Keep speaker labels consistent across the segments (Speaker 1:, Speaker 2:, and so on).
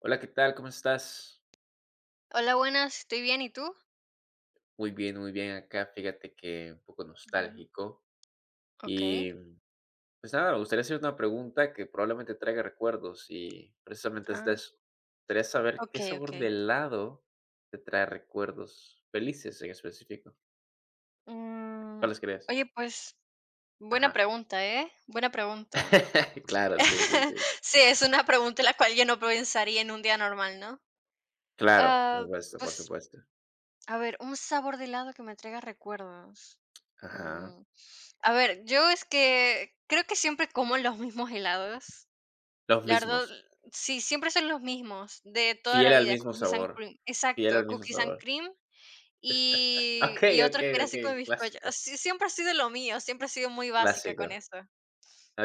Speaker 1: Hola, ¿qué tal? ¿Cómo estás?
Speaker 2: Hola, buenas, estoy bien, ¿y tú?
Speaker 1: Muy bien acá. Fíjate que un poco
Speaker 2: Ajá.
Speaker 1: nostálgico.
Speaker 2: Okey.
Speaker 1: Y pues nada, me gustaría hacer una pregunta que probablemente traiga recuerdos y precisamente es de
Speaker 2: Ah,
Speaker 1: eso. Me gustaría saber qué
Speaker 2: okey,
Speaker 1: sabor de
Speaker 2: okey.
Speaker 1: helado te trae recuerdos felices en específico.
Speaker 2: Mm,
Speaker 1: ¿Cuáles crees?
Speaker 2: oye, pues, buena
Speaker 1: Ajá.
Speaker 2: pregunta, ¿eh? Buena pregunta.
Speaker 1: Claro, sí, sí, sí.
Speaker 2: Sí, es una pregunta la cual yo no pensaría en un día normal, ¿no?
Speaker 1: Claro, por
Speaker 2: Ah,
Speaker 1: supuesto, por
Speaker 2: pues,
Speaker 1: supuesto.
Speaker 2: a ver, un sabor de helado que me traiga recuerdos.
Speaker 1: Ajá.
Speaker 2: Mm, a ver, yo es que creo que siempre como los mismos helados.
Speaker 1: Los
Speaker 2: La verdad,
Speaker 1: mismos.
Speaker 2: sí, siempre son los mismos de toda
Speaker 1: Fiel
Speaker 2: la
Speaker 1: al
Speaker 2: vida,
Speaker 1: mismo
Speaker 2: cookies and
Speaker 1: sabor.
Speaker 2: cream.
Speaker 1: Fiel al
Speaker 2: Exacto,
Speaker 1: mismo
Speaker 2: cookies and
Speaker 1: sabor.
Speaker 2: cream.
Speaker 1: Ok,
Speaker 2: Y
Speaker 1: ok,
Speaker 2: otro que era
Speaker 1: ok.
Speaker 2: así con bizcocho.
Speaker 1: Clásico.
Speaker 2: Sí, siempre ha sido lo mío, siempre he sido muy básica
Speaker 1: Clásico.
Speaker 2: con eso.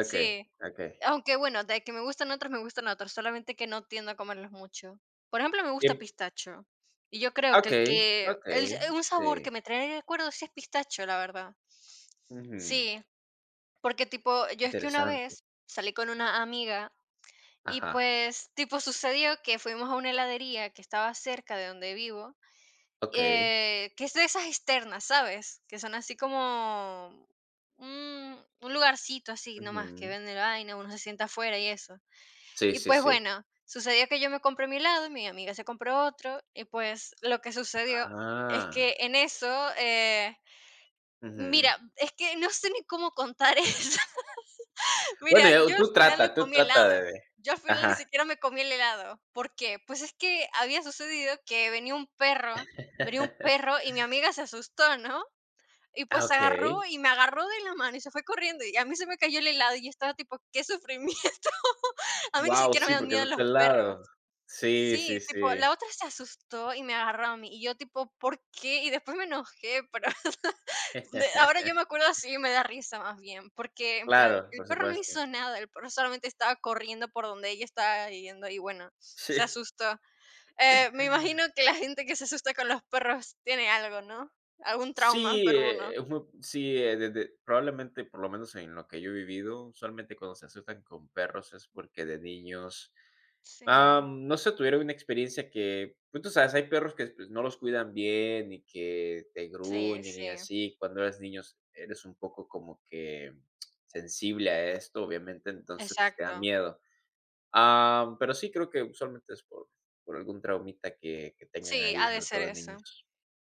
Speaker 1: Okey, okey.
Speaker 2: Aunque bueno, de que me gustan otros, solamente que no tiendo a comerlos mucho. Por ejemplo, me gusta
Speaker 1: Tiem
Speaker 2: pistacho, y yo creo
Speaker 1: Okey,
Speaker 2: que
Speaker 1: okey,
Speaker 2: el un
Speaker 1: sí.
Speaker 2: sabor que me trae recuerdos sí es pistacho, la verdad.
Speaker 1: Ujú.
Speaker 2: Sí, porque tipo, yo es que una
Speaker 1: Interesante.
Speaker 2: vez salí con una amiga y,
Speaker 1: Ajá,
Speaker 2: pues, tipo, sucedió que fuimos a una heladería que estaba cerca de donde vivo
Speaker 1: okey.
Speaker 2: que es de esas externas, ¿sabes? Que son así como un lugarcito así nomás que
Speaker 1: Ujú.
Speaker 2: venden vaina, uno se sienta afuera y eso.
Speaker 1: Sí,
Speaker 2: Y
Speaker 1: sí,
Speaker 2: pues
Speaker 1: sí.
Speaker 2: bueno, sucedió que yo me compré mi lado, mi amiga se compró otro, y pues lo que sucedió es
Speaker 1: Ah,
Speaker 2: que en eso,
Speaker 1: ujú.
Speaker 2: mira, es que no sé ni cómo contar eso.
Speaker 1: Bueno,
Speaker 2: Mira,
Speaker 1: ya
Speaker 2: yo al
Speaker 1: tú
Speaker 2: final no
Speaker 1: trata, tú
Speaker 2: comí
Speaker 1: trata
Speaker 2: helado.
Speaker 1: de
Speaker 2: Yo al final ni
Speaker 1: ajá.
Speaker 2: siquiera me comí el helado. ¿Por qué? Pues es que había sucedido que venía un perro y mi amiga se asustó, ¿no? Y
Speaker 1: Ah,
Speaker 2: pues
Speaker 1: okey.
Speaker 2: agarró y me agarró de la mano y se fue corriendo y a mí se me cayó el helado y yo estaba tipo, qué sufrimiento. A mí ni
Speaker 1: Guau,
Speaker 2: siquiera me
Speaker 1: sí,
Speaker 2: dan
Speaker 1: porque es
Speaker 2: miedo
Speaker 1: de
Speaker 2: los
Speaker 1: este
Speaker 2: perros.
Speaker 1: lado. Sí, sí,
Speaker 2: Sí, tipo,
Speaker 1: sí.
Speaker 2: la otra se asustó y me agarró a mí y yo tipo, ¿por qué? Y después me enojé, pero de ahora yo me acuerdo así y me da risa más bien, porque en plan,
Speaker 1: Claro,
Speaker 2: el
Speaker 1: por
Speaker 2: perro no
Speaker 1: supuesto.
Speaker 2: hizo nada, el perro solamente estaba corriendo por donde ella estaba yendo y bueno,
Speaker 1: Sí.
Speaker 2: se asustó. Me imagino que la gente que se asusta con los perros tiene algo, ¿no? Algún trauma
Speaker 1: Sí,
Speaker 2: perruno.
Speaker 1: es muy sí, desde probablemente, por lo menos en lo que yo he vivido, usualmente cuando se asustan con perros es porque de niños. Ah,
Speaker 2: Sí,
Speaker 1: no sé, tuvieron una experiencia que, pues, tú sabes, hay perros que, pues, no los cuidan bien y que te
Speaker 2: sí,
Speaker 1: gruñen y
Speaker 2: sí,
Speaker 1: así. Cuando eres niño eres un poco como que sensible a esto, obviamente, entonces, pues, te da
Speaker 2: exacto.
Speaker 1: miedo. Ah, pero sí creo que usualmente es por algún traumita que tengan
Speaker 2: Sí,
Speaker 1: ahí,
Speaker 2: ha de
Speaker 1: sobre
Speaker 2: ser
Speaker 1: todo de
Speaker 2: eso.
Speaker 1: niños.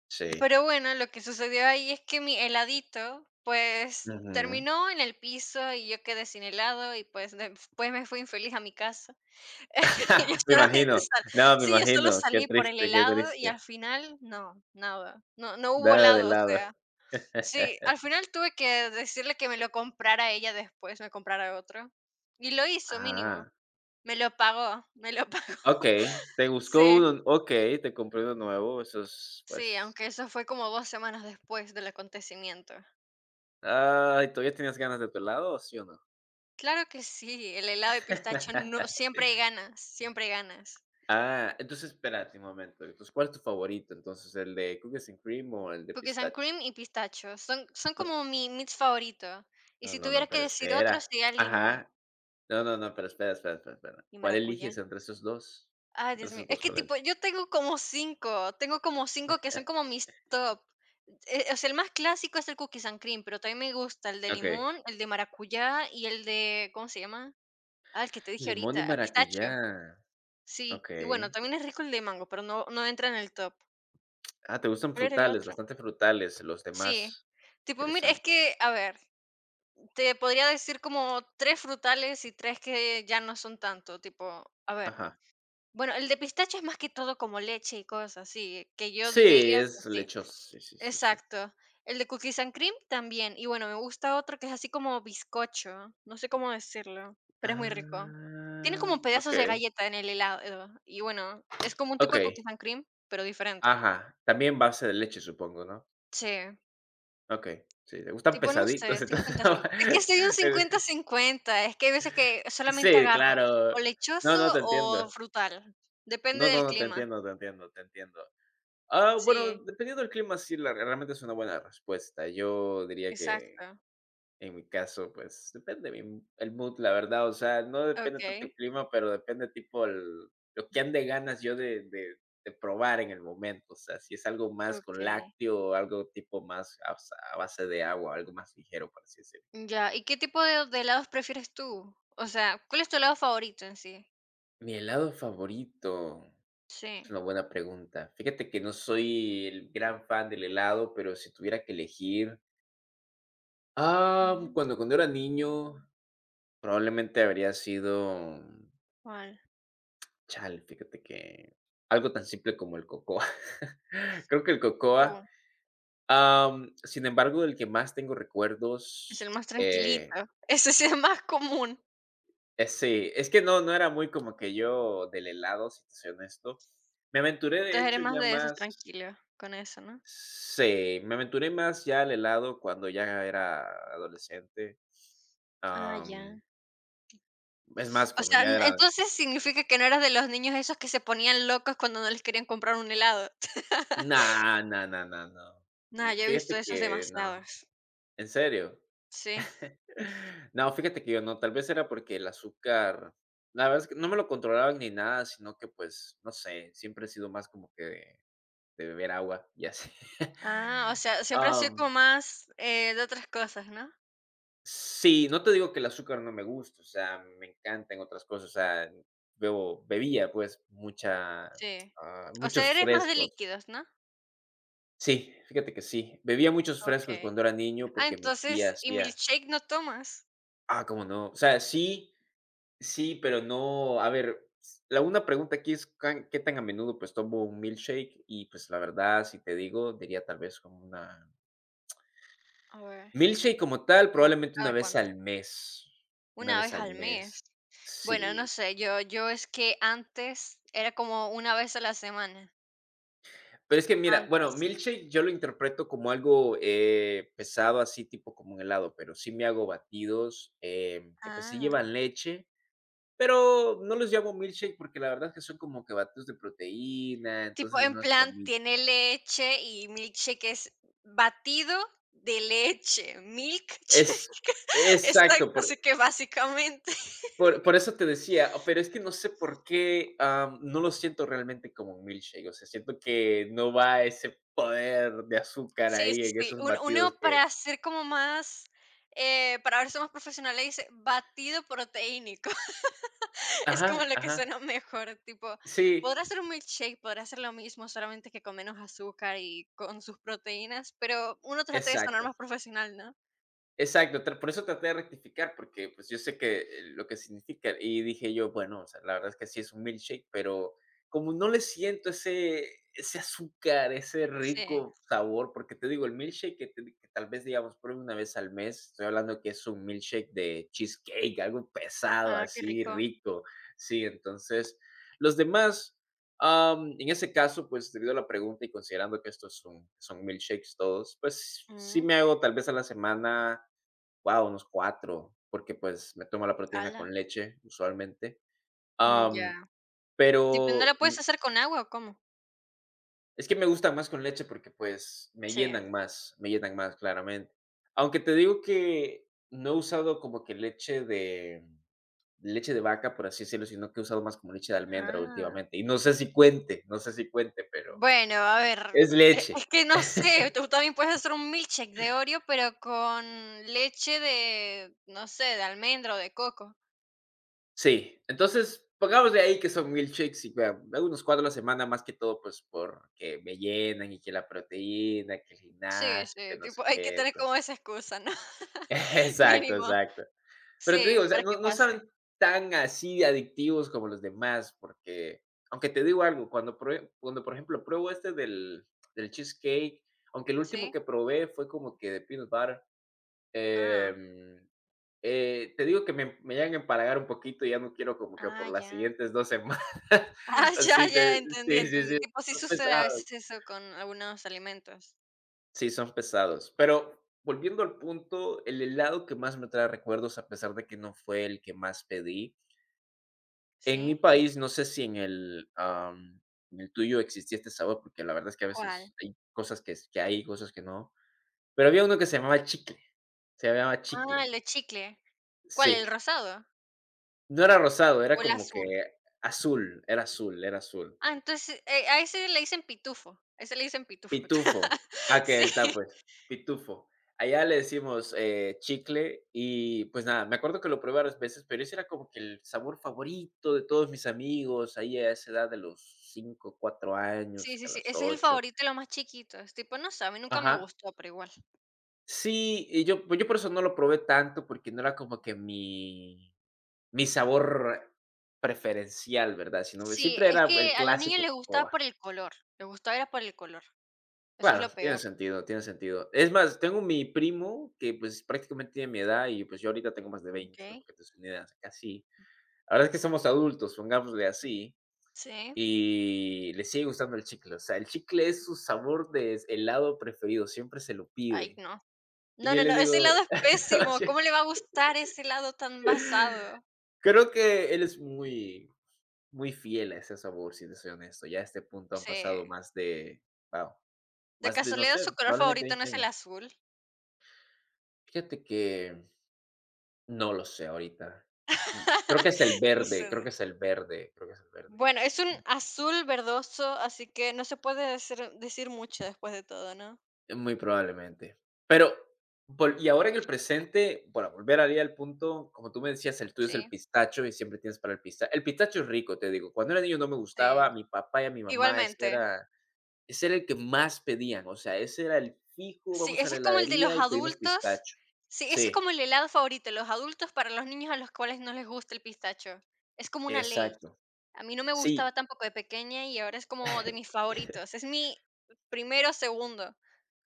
Speaker 1: Sí.
Speaker 2: Pero bueno, lo que sucedió ahí es que mi heladito, pues
Speaker 1: Ujú.
Speaker 2: terminó en el piso y yo quedé sin helado y pues después me fui infeliz a mi casa. Yo
Speaker 1: Me imagino.
Speaker 2: solamente sal
Speaker 1: No, me
Speaker 2: sí, yo solo
Speaker 1: imagino. Qué
Speaker 2: salí por el
Speaker 1: triste, qué
Speaker 2: helado y
Speaker 1: triste.
Speaker 2: al final no, nada, no hubo
Speaker 1: Nada de
Speaker 2: helado, o
Speaker 1: helado.
Speaker 2: sea, sí, al final tuve que decirle que me lo comprara ella después, me comprara otro. Y lo hizo mínimo,
Speaker 1: Ah,
Speaker 2: me lo pagó, me lo pagó.
Speaker 1: okey. Te buscó
Speaker 2: Sí,
Speaker 1: uno okey, te compró uno nuevo. Eso es,
Speaker 2: sí,
Speaker 1: pues
Speaker 2: aunque eso fue como 2 semanas después del acontecimiento.
Speaker 1: ay, ¿todavía tenías ganas de tu helado o sí o no?
Speaker 2: Claro que sí, el helado de pistacho no siempre hay ganas, siempre hay ganas.
Speaker 1: Ah, entonces espérate un momento. Entonces, ¿cuál es tu favorito? Entonces, ¿el de cookies and cream o el de
Speaker 2: Cookies and
Speaker 1: pistacho?
Speaker 2: cream y pistacho. Son
Speaker 1: No,
Speaker 2: como mi mis favoritos. Y
Speaker 1: no,
Speaker 2: si
Speaker 1: no, no,
Speaker 2: tuviera que
Speaker 1: pero
Speaker 2: decir otro,
Speaker 1: espera.
Speaker 2: sería limón
Speaker 1: Ajá. No, no, no, pero espera, espera, espera, espera.
Speaker 2: y
Speaker 1: ¿Cuál
Speaker 2: maracuyá.
Speaker 1: eliges entre esos 2?
Speaker 2: Ay,
Speaker 1: Entre
Speaker 2: Dios mío.
Speaker 1: esos
Speaker 2: Es
Speaker 1: dos,
Speaker 2: que
Speaker 1: ¿cuál
Speaker 2: tipo,
Speaker 1: eliges?
Speaker 2: yo tengo como 5 que son como mis top. O sea, el más clásico es el cookies and cream, pero también me gusta el de
Speaker 1: Okey.
Speaker 2: limón, el de maracuyá y el de, ¿cómo se llama? Ah, el que te dije
Speaker 1: Limón y
Speaker 2: ahorita, ah, pistacho.
Speaker 1: maracuyá,
Speaker 2: Sí, y bueno,
Speaker 1: okey.
Speaker 2: también es rico el de mango, pero no entra en el top.
Speaker 1: Ah, te gustan
Speaker 2: ¿Cuál era el
Speaker 1: frutales,
Speaker 2: otro?
Speaker 1: bastante frutales los
Speaker 2: Sí.
Speaker 1: demás.
Speaker 2: Tipo, mira, es
Speaker 1: Interesante.
Speaker 2: que, a ver, te podría decir como 3 frutales y 3 que ya no son tanto, tipo, a ver,
Speaker 1: Ajá.
Speaker 2: bueno, el de pistacho es más que todo como leche y cosas así, que yo
Speaker 1: Sí,
Speaker 2: diría que
Speaker 1: es
Speaker 2: sí.
Speaker 1: lechoso. Sí, sí, sí, sí.
Speaker 2: Exacto. El de cookies and cream también. Y bueno, me gusta otro que es así como bizcocho, no sé cómo decirlo, pero es muy rico. Tiene
Speaker 1: Ah,
Speaker 2: como pedazos de
Speaker 1: okey,
Speaker 2: galleta en el helado y bueno, es como un tipo de
Speaker 1: okey.
Speaker 2: cookies and cream, pero diferente.
Speaker 1: Ajá. También base de leche, supongo, ¿no?
Speaker 2: Sí.
Speaker 1: Okey. Sí, te gustan
Speaker 2: Tipo, no sé,
Speaker 1: pesaditos, entonces.
Speaker 2: 50/50. Es que soy un 50 50. Es que hay veces que solamente
Speaker 1: Sí,
Speaker 2: agarro
Speaker 1: claro.
Speaker 2: o
Speaker 1: No,
Speaker 2: lechoso
Speaker 1: no, te
Speaker 2: o
Speaker 1: entiendo.
Speaker 2: frutal, depende
Speaker 1: No, no,
Speaker 2: del
Speaker 1: no, te
Speaker 2: clima.
Speaker 1: entiendo, te entiendo, te entiendo. Ah, bueno,
Speaker 2: Sí,
Speaker 1: dependiendo del clima, sí, la realmente es una buena respuesta. Yo diría que
Speaker 2: exacto.
Speaker 1: en mi caso, pues depende mi el mood, la verdad. O sea, no depende tanto el
Speaker 2: Okey,
Speaker 1: clima, pero depende tipo el lo que ande ganas yo de probar en el momento. O sea, si es algo más con
Speaker 2: okey.
Speaker 1: lácteo o algo tipo más a base de agua, algo más ligero, por así decirlo.
Speaker 2: Ya, ¿y qué tipo de helados prefieres tú? O sea, ¿cuál es tu helado favorito en sí?
Speaker 1: Mi helado favorito, es
Speaker 2: Sí.
Speaker 1: una buena pregunta. Fíjate que no soy el gran fan del helado, pero si tuviera que elegir, ah,
Speaker 2: Ujú.
Speaker 1: cuando era niño, probablemente habría sido
Speaker 2: ¿Cuál?
Speaker 1: Chale. Fíjate que algo tan simple como el cocoa. Creo que el
Speaker 2: Cu
Speaker 1: cocoa, sin embargo, del que más tengo
Speaker 2: es el
Speaker 1: recuerdos,
Speaker 2: más tranquilito. Ese sí es más común.
Speaker 1: es sí, es que no, no era muy como que yo del helado, si te soy honesto. Me aventuré, de
Speaker 2: Entonces eres
Speaker 1: hecho,
Speaker 2: más
Speaker 1: ya
Speaker 2: de esos
Speaker 1: más,
Speaker 2: tranquilos con eso, ¿no?
Speaker 1: sí, me aventuré más ya al helado cuando ya era adolescente.
Speaker 2: Ah,
Speaker 1: Am,
Speaker 2: ya.
Speaker 1: es más,
Speaker 2: O
Speaker 1: cuando
Speaker 2: sea,
Speaker 1: ya
Speaker 2: n
Speaker 1: era
Speaker 2: entonces significa que no eras de los niños esos que se ponían locos cuando no les querían comprar un helado.
Speaker 1: no, no, no, no, no.
Speaker 2: No, yo he visto
Speaker 1: Fíjate
Speaker 2: esos
Speaker 1: que no,
Speaker 2: demasiados.
Speaker 1: en serio.
Speaker 2: Sí.
Speaker 1: No, fíjate que yo no, tal vez era porque el azúcar, la verdad es que no me lo controlaban ni nada, sino que pues, no sé, siempre he sido más como que de beber agua y así.
Speaker 2: Ah, o sea, siempre has sido como
Speaker 1: Am,
Speaker 2: más, de otras cosas, ¿no?
Speaker 1: sí, no te digo que el azúcar no me gusta. O sea, me encantan otras cosas. O sea, bebo, bebía pues mucha,
Speaker 2: Sí. O sea,
Speaker 1: muchos
Speaker 2: eres más de
Speaker 1: frescos.
Speaker 2: líquidos, ¿no?
Speaker 1: Sí, fíjate que sí, bebía muchos frescos
Speaker 2: Okey.
Speaker 1: cuando era niño
Speaker 2: Ah,
Speaker 1: porque mi tía
Speaker 2: entonces, ¿y
Speaker 1: hacía,
Speaker 2: milkshake no tomas?
Speaker 1: ah, cómo no. O sea, sí, sí, pero no, a ver, s la una pregunta aquí es can qué tan a menudo, pues, tomo un milkshake. Y, pues, la verdad, si te digo, diría tal vez como una
Speaker 2: A ver,
Speaker 1: milkshake como tal,
Speaker 2: ¿cómo
Speaker 1: probablemente una
Speaker 2: cada
Speaker 1: vez
Speaker 2: cuánto?
Speaker 1: al mes, una
Speaker 2: ¿Una
Speaker 1: vez
Speaker 2: vez
Speaker 1: al
Speaker 2: al mes?
Speaker 1: mes.
Speaker 2: Bueno, no
Speaker 1: Sí,
Speaker 2: sé, yo es que antes era como una vez a la semana.
Speaker 1: pero es que mira, bueno,
Speaker 2: Antes.
Speaker 1: milkshake yo lo interpreto como algo, pesado, así tipo como un helado, pero sí me hago batidos, que, pues, sí
Speaker 2: Ah.
Speaker 1: llevan leche, pero no los llamo milkshake porque la verdad es que son como que batidos de proteína,
Speaker 2: Tipo,
Speaker 1: entonces
Speaker 2: en
Speaker 1: no es lo
Speaker 2: plan, tiene
Speaker 1: mismo.
Speaker 2: leche y milkshake es batido de leche, milkshake,
Speaker 1: Es
Speaker 2: exacto,
Speaker 1: Exacto, por
Speaker 2: así que básicamente
Speaker 1: por por eso te decía, pero es que no sé por qué, no lo siento realmente como un milkshake. O sea, siento que no va ese poder de azúcar
Speaker 2: sí,
Speaker 1: ahí
Speaker 2: sí,
Speaker 1: en
Speaker 2: sí,
Speaker 1: esos
Speaker 2: uno
Speaker 1: batidos que
Speaker 2: para ser como más, para verse más profesional le dice batido proteínico, es como
Speaker 1: ajá,
Speaker 2: lo que
Speaker 1: ajá.
Speaker 2: suena mejor, tipo,
Speaker 1: Sí,
Speaker 2: podrá ser un milkshake, podrá ser lo mismo, solamente que con menos azúcar y con sus proteínas, pero uno trata de sonar
Speaker 1: exacto.
Speaker 2: más profesional, ¿no?
Speaker 1: Exacto, por eso traté de rectificar, porque pues yo sé que lo que significa, y dije yo, bueno, o sea, la verdad es que sí es un milkshake, pero como no le siento ese, azúcar, ese
Speaker 2: Sí.
Speaker 1: rico sabor, porque te digo, el milkshake que que tal vez, digamos, pruebe una vez al mes, estoy hablando que es un milkshake de cheesecake, algo pesado,
Speaker 2: Ah, qué
Speaker 1: así,
Speaker 2: rico.
Speaker 1: rico, sí, entonces, los demás... en ese caso, pues debido a la pregunta y considerando que estos son milkshakes todos, pues sí
Speaker 2: Mm,
Speaker 1: me hago tal vez a la semana. Wow, unos 4, porque, pues, me tomo la proteína
Speaker 2: ¡hala!
Speaker 1: con leche, usualmente.
Speaker 2: Mm,
Speaker 1: Am,
Speaker 2: ya. Tipo, ¿no la
Speaker 1: pero,
Speaker 2: puedes hacer con agua o cómo?
Speaker 1: es que me gustan más con leche porque, pues,
Speaker 2: Sí.
Speaker 1: me llenan más, claramente. Aunque te digo que no he usado como que leche de vaca, por así decirlo, sino que he usado más como leche de almendra
Speaker 2: Ah,
Speaker 1: últimamente, y no sé si cuente, no sé si cuente, pero
Speaker 2: bueno, a ver,
Speaker 1: es
Speaker 2: es
Speaker 1: leche.
Speaker 2: que no sé, tú también puedes hacer un milkshake de Oreo, pero con leche de, no sé, de almendra o de coco.
Speaker 1: Sí, entonces pongamos de ahí que son milkshakes y vea, hago unos cuatro a la semana, más que todo, pues, porque me llenan y que la proteína, que el
Speaker 2: Sí,
Speaker 1: gimnasio, que
Speaker 2: sí,
Speaker 1: no sé
Speaker 2: tipo, hay que
Speaker 1: qué,
Speaker 2: tener
Speaker 1: entonces
Speaker 2: como esa excusa, ¿no?
Speaker 1: exacto,
Speaker 2: Mínimo.
Speaker 1: exacto. Pero te
Speaker 2: Sí,
Speaker 1: digo, o sea,
Speaker 2: para que
Speaker 1: no saben
Speaker 2: pase,
Speaker 1: tan así de adictivos como los demás, porque aunque te digo algo, cuando prue cuando, por ejemplo, pruebo este del cheesecake, aunque el último
Speaker 2: ¿sí?
Speaker 1: que probé fue como que de peanut butter,
Speaker 2: Ah,
Speaker 1: em te digo que me llegan a empalagar un poquito, y ya no quiero como que por las
Speaker 2: ya.
Speaker 1: siguientes 2 semanas.
Speaker 2: Ah, ya,
Speaker 1: Así te
Speaker 2: ya, entendí,
Speaker 1: sí, sí,
Speaker 2: entendí.
Speaker 1: sí,
Speaker 2: Tipo, sí
Speaker 1: son
Speaker 2: sucede a
Speaker 1: pesados.
Speaker 2: veces eso con algunos alimentos,
Speaker 1: Sí, son pesados. Pero volviendo al punto, el helado que más me trae recuerdos, a pesar de que no fue el que más pedí. En mi
Speaker 2: ¿sí?
Speaker 1: país, no sé si en el, en el tuyo existía este sabor, porque la verdad es que a veces
Speaker 2: ¿Cuál?
Speaker 1: hay cosas que es que hay, cosas que no. Pero había uno que se llamaba chicle, se llamaba
Speaker 2: Ah, el
Speaker 1: chicle.
Speaker 2: de chicle. ¿Cuál, el
Speaker 1: Sí.
Speaker 2: rosado
Speaker 1: No era rosado, era
Speaker 2: o el
Speaker 1: como que
Speaker 2: azul?
Speaker 1: azul, era azul, era azul.
Speaker 2: Ah, entonces, a ese le dicen pitufo, a ese le dicen pitufo.
Speaker 1: Pitufo. Ah, que
Speaker 2: Sí,
Speaker 1: está, pues, pitufo. Allá le decimos, chicle y, pues, nada, me acuerdo que lo probé varias veces, pero ese era como que el sabor favorito de todos mis amigos, ahí a esa edad de los 5, 4
Speaker 2: sí,
Speaker 1: años,
Speaker 2: sí,
Speaker 1: que a
Speaker 2: sí,
Speaker 1: las
Speaker 2: ese es el
Speaker 1: 8.
Speaker 2: favorito y lo más chiquito, es tipo, no sé, a mí nunca me
Speaker 1: Ajá.
Speaker 2: gustó, pero igual.
Speaker 1: Sí, y yo, pues, yo por eso no lo probé tanto, porque no era como que mi sabor preferencial, ¿verdad? Sino que
Speaker 2: Sí,
Speaker 1: siempre
Speaker 2: es
Speaker 1: era el
Speaker 2: que a los niños
Speaker 1: clásico,
Speaker 2: les
Speaker 1: como
Speaker 2: gustaba por el color, les gustaba era por el color, eso es
Speaker 1: bueno,
Speaker 2: lo
Speaker 1: tiene
Speaker 2: peor,
Speaker 1: sentido, tiene sentido. Es más, tengo mi primo que, pues, prácticamente tiene mi edad y, pues, yo ahorita tengo más de
Speaker 2: ¿ok?
Speaker 1: 20, para que te des una idea, o sea, casi la verdad es que somos adultos, pongámosle así,
Speaker 2: Sí,
Speaker 1: y le sigue gustando el chicle. O sea, el chicle es su sabor de helado preferido, siempre se lo
Speaker 2: ay,
Speaker 1: pide.
Speaker 2: no.
Speaker 1: Y
Speaker 2: No,
Speaker 1: yo
Speaker 2: no,
Speaker 1: le
Speaker 2: no, ese
Speaker 1: digo:
Speaker 2: helado es pésimo,
Speaker 1: "Oye,
Speaker 2: ¿cómo le va a gustar ese helado tan basado?
Speaker 1: creo que él es muy muy fiel a ese sabor", si te soy honesto. Ya a este punto han
Speaker 2: Sí,
Speaker 1: pasado más de, guau,
Speaker 2: de
Speaker 1: más de, no
Speaker 2: casualidad su
Speaker 1: sé,
Speaker 2: color
Speaker 1: probablemente
Speaker 2: favorito no
Speaker 1: 20
Speaker 2: es el
Speaker 1: años.
Speaker 2: azul.
Speaker 1: Fíjate que no lo sé ahorita. Creo que es el verde, creo que
Speaker 2: Sucede.
Speaker 1: es el verde, creo que es el verde.
Speaker 2: Bueno, es un azul verdoso, así que no se puede decir mucho después de todo, ¿no?
Speaker 1: Muy probablemente. Pero, vol y ahora en el presente, bueno, volver ahí al punto, como tú me decías, el tuyo es el
Speaker 2: Sí,
Speaker 1: pistacho y siempre tienes para el pistacho. El pistacho es rico, te digo. Cuando era niño no me gustaba,
Speaker 2: sí.
Speaker 1: a mi papá y a mi mamá, ese
Speaker 2: Igualmente.
Speaker 1: era ese era el que más pedían. O sea, ese era el fijo,
Speaker 2: Sí,
Speaker 1: vamos a
Speaker 2: ese
Speaker 1: la
Speaker 2: es como el de los
Speaker 1: heladería y pedimos
Speaker 2: adultos.
Speaker 1: pistacho.
Speaker 2: Sí, ese es
Speaker 1: Sí,
Speaker 2: como el helado favorito, los adultos para los niños a los cuales no les gusta el pistacho. Es como una ley.
Speaker 1: exacto.
Speaker 2: A mí no me
Speaker 1: Sí.
Speaker 2: gustaba tampoco de pequeña y ahora es como de mis favoritos. Es mi primero, segundo.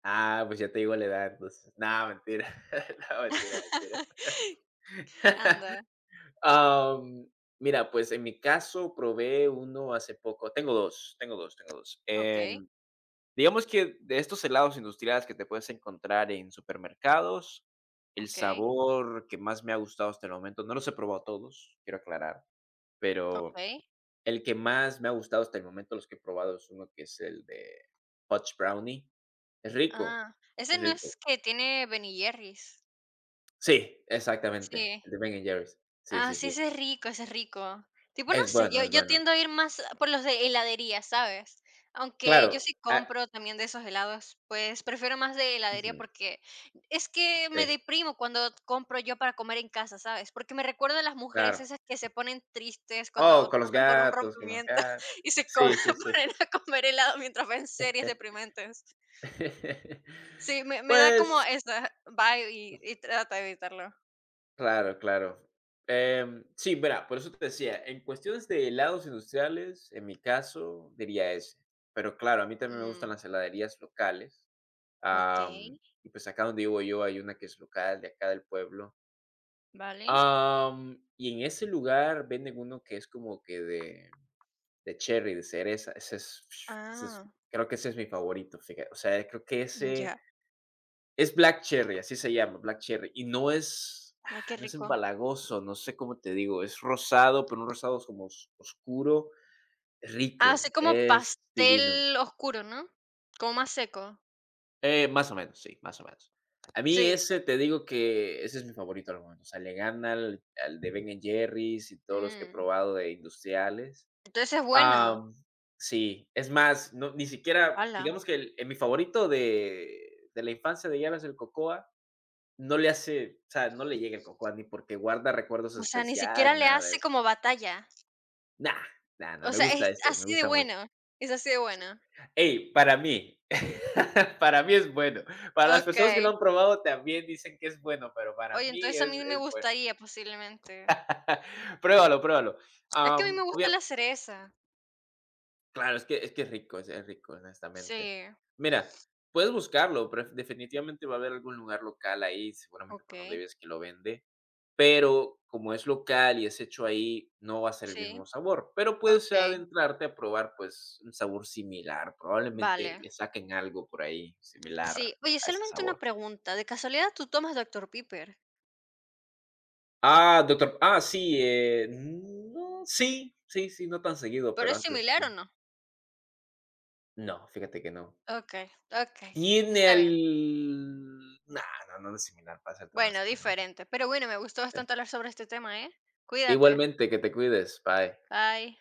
Speaker 1: Ah, pues ya te digo la edad, entonces. Nada, mentira. No, mentira, mentira.
Speaker 2: Anda.
Speaker 1: Am, mira, pues en mi caso probé uno hace poco. Tengo 2, tengo 2, tengo 2.
Speaker 2: Ok,
Speaker 1: Digamos que de estos helados industriales que te puedes encontrar en supermercados, el
Speaker 2: ok,
Speaker 1: sabor que más me ha gustado hasta el momento, no los he probado todos, quiero aclarar,
Speaker 2: ok.
Speaker 1: pero el que más me ha gustado hasta el momento, los que he probado, es uno que es el de Fudge Brownie. Es rico,
Speaker 2: Ah, ese
Speaker 1: es
Speaker 2: no
Speaker 1: rico.
Speaker 2: es que tiene Ben y Jerry's.
Speaker 1: Sí, exactamente,
Speaker 2: Sí.
Speaker 1: el de Ben& and Jerry's. Sí,
Speaker 2: Ah,
Speaker 1: sí,
Speaker 2: sí,
Speaker 1: sí.
Speaker 2: ese es rico, ese es rico. Tipo, no
Speaker 1: Es
Speaker 2: sé,
Speaker 1: bueno,
Speaker 2: yo,
Speaker 1: es
Speaker 2: yo
Speaker 1: bueno.
Speaker 2: tiendo a ir más por los de heladería, ¿sabes? Aunque
Speaker 1: Claro,
Speaker 2: yo sí
Speaker 1: ah,
Speaker 2: compro también de esos helados, pues prefiero más de heladería
Speaker 1: ujú,
Speaker 2: porque es que
Speaker 1: sí,
Speaker 2: me deprimo cuando compro yo para comer en casa, ¿sabes? Porque me recuerdo a las mujeres
Speaker 1: claro.
Speaker 2: esas que se ponen tristes
Speaker 1: Oh,
Speaker 2: cuando
Speaker 1: con los
Speaker 2: pasan por un
Speaker 1: gatos, con los
Speaker 2: rompimiento
Speaker 1: gatos.
Speaker 2: y se comen,
Speaker 1: Sí, sí, sí.
Speaker 2: ponen a comer helado mientras ven series deprimentes. Sí, me da como
Speaker 1: Pues,
Speaker 2: esa vibe y trata de evitarlo.
Speaker 1: claro, claro. Sí, mira, por eso te decía, en cuestiones de helados industriales, en mi caso, diría ese. Pero claro, a mí también me gustan
Speaker 2: Mm,
Speaker 1: las heladerías locales.
Speaker 2: ok,
Speaker 1: Am, y pues acá donde vivo yo hay una que es local, de acá del pueblo.
Speaker 2: vale.
Speaker 1: Y en ese lugar venden uno que es como que de, cherry, de cereza. Ese es-
Speaker 2: Ah,
Speaker 1: creo que ese es mi favorito, fíjate. O sea, creo que ese
Speaker 2: ya.
Speaker 1: es black cherry, así se llama, black cherry. Y no es,
Speaker 2: Ay, qué
Speaker 1: no es
Speaker 2: rico.
Speaker 1: empalagoso, no sé cómo te digo. Es rosado, pero un rosado como oscuro,
Speaker 2: Ah,
Speaker 1: rico.
Speaker 2: así como
Speaker 1: Es divino.
Speaker 2: pastel oscuro, ¿no? Como más seco.
Speaker 1: Más o menos, sí, más o menos. A mí
Speaker 2: Sí.
Speaker 1: ese te digo que ese es mi favorito al momento. O sea, le gana al, de Ben Jerry's y todos los que he
Speaker 2: Mm.
Speaker 1: probado de industriales.
Speaker 2: Entonces es bueno.
Speaker 1: Am, sí, es más, no, ni siquiera,
Speaker 2: Hala.
Speaker 1: digamos que en mi favorito de la infancia de Yaras el Cocoa, no le hace. O sea, no le llega el Cocoa ni porque guarda recuerdos
Speaker 2: O sea, ni siquiera
Speaker 1: especiales,
Speaker 2: le
Speaker 1: nada de
Speaker 2: hace
Speaker 1: eso.
Speaker 2: como batalla.
Speaker 1: Nah, nah, nah,
Speaker 2: O
Speaker 1: me
Speaker 2: sea, es
Speaker 1: gusta este, me
Speaker 2: así de
Speaker 1: gusta mucho.
Speaker 2: bueno. Es así de bueno.
Speaker 1: Ey, para mí, para mí es bueno. Para las personas que lo
Speaker 2: Okey.
Speaker 1: han probado también dicen que es bueno, pero para
Speaker 2: Oye,
Speaker 1: mí
Speaker 2: entonces a
Speaker 1: es,
Speaker 2: mí me
Speaker 1: es bueno.
Speaker 2: gustaría posiblemente.
Speaker 1: Pruébalo, pruébalo.
Speaker 2: Es que a mí
Speaker 1: Am,
Speaker 2: me gusta
Speaker 1: obvia-
Speaker 2: la cereza.
Speaker 1: Claro, es que es rico, es rico, honestamente.
Speaker 2: Sí.
Speaker 1: Mira, puedes buscarlo, pero definitivamente va a haber algún lugar local ahí, seguramente por donde
Speaker 2: Okey.
Speaker 1: vives que lo vende, pero como es local y es hecho ahí, no va a ser el
Speaker 2: Sí.
Speaker 1: mismo sabor, pero puedes
Speaker 2: Okey.
Speaker 1: adentrarte a probar, pues, un sabor similar,
Speaker 2: Vale.
Speaker 1: probablemente le saquen algo por ahí similar
Speaker 2: Sí. Oye,
Speaker 1: a ese
Speaker 2: solamente una
Speaker 1: sabor.
Speaker 2: pregunta, ¿de casualidad tú tomas Doctor Pepper?
Speaker 1: Ah, Doctor sí, no, sí, sí, sí, no tan seguido,
Speaker 2: ¿Pero
Speaker 1: pero
Speaker 2: es
Speaker 1: antes
Speaker 2: similar o
Speaker 1: sí.
Speaker 2: no?
Speaker 1: No, fíjate que no.
Speaker 2: Okey, okey,
Speaker 1: Y en
Speaker 2: está bien.
Speaker 1: el no, no, no es similar, para serte
Speaker 2: Bueno,
Speaker 1: honesto, no, no.
Speaker 2: diferente. Pero bueno, me gustó
Speaker 1: Sí.
Speaker 2: bastante hablar sobre este tema, ¿eh? Cuídate.
Speaker 1: Igualmente, que te cuides, bye.
Speaker 2: Bye.